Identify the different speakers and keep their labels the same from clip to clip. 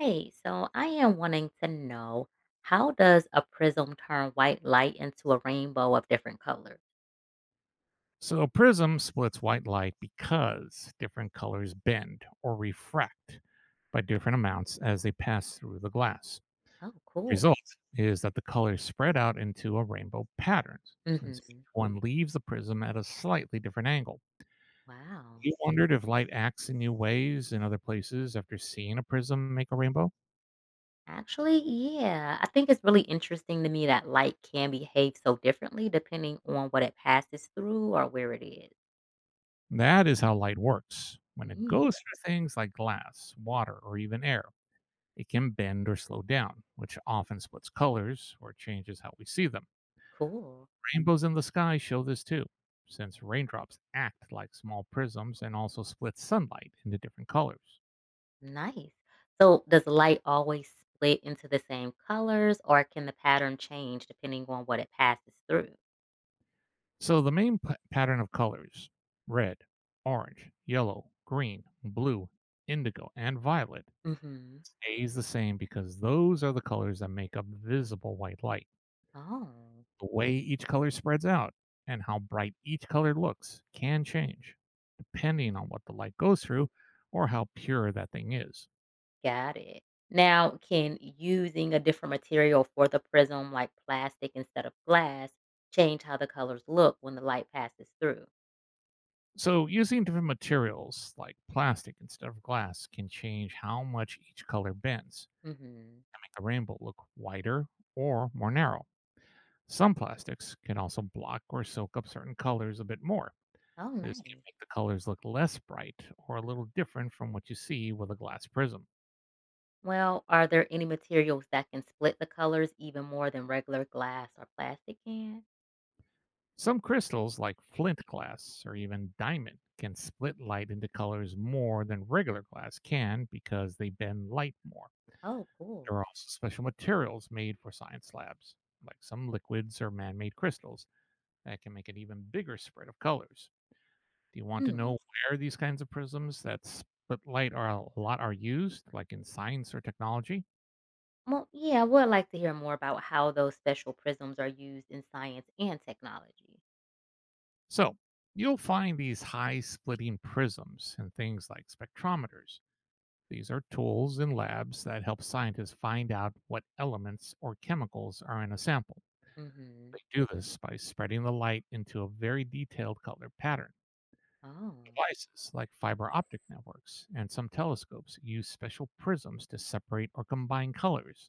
Speaker 1: Hey, so I am wanting to know how does a prism turn white light into a rainbow of different colors?
Speaker 2: So a prism splits white light because different colors bend or refract by different amounts as they pass through the glass.
Speaker 1: Oh, cool.
Speaker 2: Result is that the colors spread out into a rainbow pattern since each
Speaker 1: Hmm.
Speaker 2: one leaves the prism at a slightly different angle.
Speaker 1: Wow.
Speaker 2: You wondered if light acts in new ways in other places after seeing a prism make a rainbow?
Speaker 1: Actually, yeah, I think it's really interesting to me that light can behave so differently depending on what it passes through or where it is.
Speaker 2: That is how light works. When it
Speaker 1: Mm,
Speaker 2: goes through things like glass, water, or even air, it can bend or slow down, which often splits colors or changes how we see them.
Speaker 1: cool.
Speaker 2: Rainbows in the sky show this too, since raindrops act like small prisms and also split sunlight into different colors.
Speaker 1: Nice. So, does light always split into the same colors or can the pattern change depending on what it passes through?
Speaker 2: So, the main pattern of colors, red, orange, yellow, green, blue, indigo, and violet,
Speaker 1: Hmm.
Speaker 2: stays the same because those are the colors that make up visible white light.
Speaker 1: Oh.
Speaker 2: The way each color spreads out and how bright each color looks can change depending on what the light goes through or how pure that thing is.
Speaker 1: Got it. Now, can using a different material for the prism, like plastic instead of glass, change how the colors look when the light passes through?
Speaker 2: So, using different materials like plastic instead of glass can change how much each color bends,
Speaker 1: Hmm.
Speaker 2: make the rainbow look wider or more narrow. Some plastics can also block or soak up certain colors a bit more.
Speaker 1: Oh,
Speaker 2: This can
Speaker 1: nice.
Speaker 2: make the colors look less bright or a little different from what you see with a glass prism.
Speaker 1: Well, are there any materials that can split the colors even more than regular glass or plastic can?
Speaker 2: Some crystals, like flint glass or even diamond, can split light into colors more than regular glass can because they bend light more.
Speaker 1: Oh,
Speaker 2: There
Speaker 1: cool.
Speaker 2: are also special materials made for science labs, like some liquids or man made crystals, that can make an even bigger spread of colors. Do you want to
Speaker 1: Hmm.
Speaker 2: know where these kinds of prisms that split light are a lot are used, like in science or technology?
Speaker 1: Well, yeah, I would like to hear more about how those special prisms are used in science and technology.
Speaker 2: So, you'll find these high splitting prisms in things like spectrometers. These are tools in labs that help scientists find out what elements or chemicals are in a sample.
Speaker 1: Hmm.
Speaker 2: They do this by spreading the light into a very detailed color pattern.
Speaker 1: Oh,
Speaker 2: Devices like fiber optic networks and some telescopes use special prisms to separate or combine colors.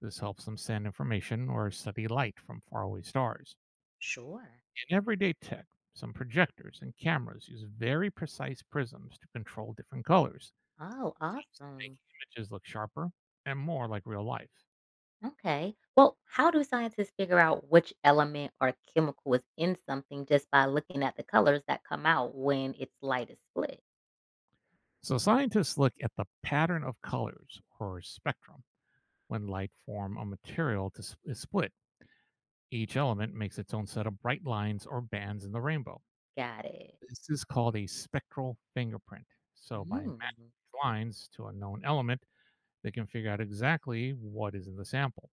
Speaker 2: This helps them send information or study light from faraway stars.
Speaker 1: sure.
Speaker 2: In everyday tech, some projectors and cameras use very precise prisms to control different colors,
Speaker 1: Oh, awesome.
Speaker 2: making images look sharper and more like real life.
Speaker 1: Okay. Well, how do scientists figure out which element or chemical is in something just by looking at the colors that come out when its light is split?
Speaker 2: So scientists look at the pattern of colors or spectrum when light form a material is split. Each element makes its own set of bright lines or bands in the rainbow.
Speaker 1: Got it.
Speaker 2: This is called a spectral fingerprint. So by
Speaker 1: Mm,
Speaker 2: matching lines to a known element, they can figure out exactly what is in the sample.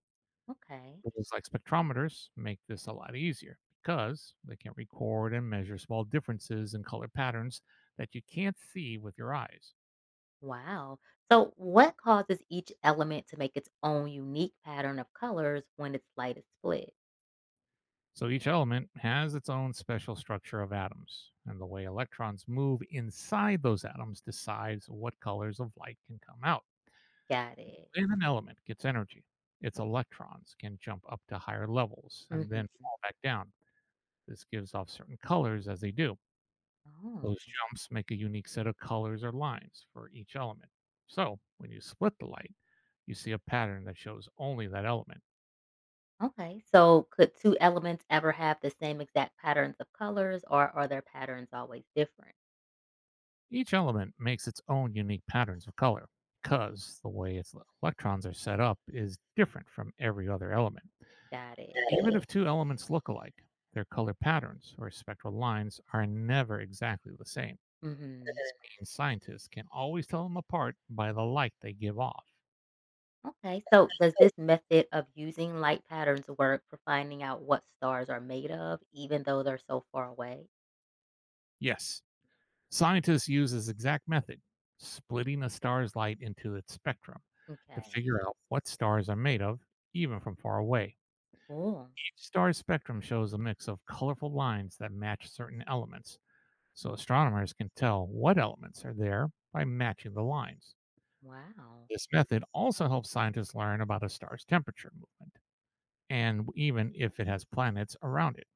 Speaker 1: okay.
Speaker 2: Tools like spectrometers make this a lot easier because they can record and measure small differences in color patterns that you can't see with your eyes.
Speaker 1: Wow. So, what causes each element to make its own unique pattern of colors when its light is split?
Speaker 2: So each element has its own special structure of atoms, and the way electrons move inside those atoms decides what colors of light can come out.
Speaker 1: Got it.
Speaker 2: When an element gets energy, its electrons can jump up to higher levels and
Speaker 1: Hmm.
Speaker 2: then fall back down. This gives off certain colors as they do.
Speaker 1: Oh,
Speaker 2: Those jumps make a unique set of colors or lines for each element. So when you split the light, you see a pattern that shows only that element.
Speaker 1: okay. So, could two elements ever have the same exact patterns of colors, or are their patterns always different?
Speaker 2: Each element makes its own unique patterns of color because the way its electrons are set up is different from every other element.
Speaker 1: Got it.
Speaker 2: Even if two elements look alike, their color patterns or spectral lines are never exactly the same,
Speaker 1: Hmm.
Speaker 2: and scientists can always tell them apart by the light they give off.
Speaker 1: Okay, so does this method of using light patterns work for finding out what stars are made of, even though they're so far away?
Speaker 2: Yes, scientists use this exact method, splitting a star's light into its spectrum, to
Speaker 1: Okay,
Speaker 2: figure out what stars are made of, even from far away.
Speaker 1: cool.
Speaker 2: Star spectrum shows a mix of colorful lines that match certain elements, so astronomers can tell what elements are there by matching the lines.
Speaker 1: Wow.
Speaker 2: This method also helps scientists learn about a star's temperature movement, and even if it has planets around it,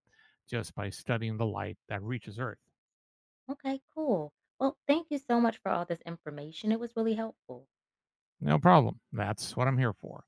Speaker 2: just by studying the light that reaches Earth.
Speaker 1: Okay, cool. Well, thank you so much for all this information. It was really helpful.
Speaker 2: No problem. That's what I'm here for.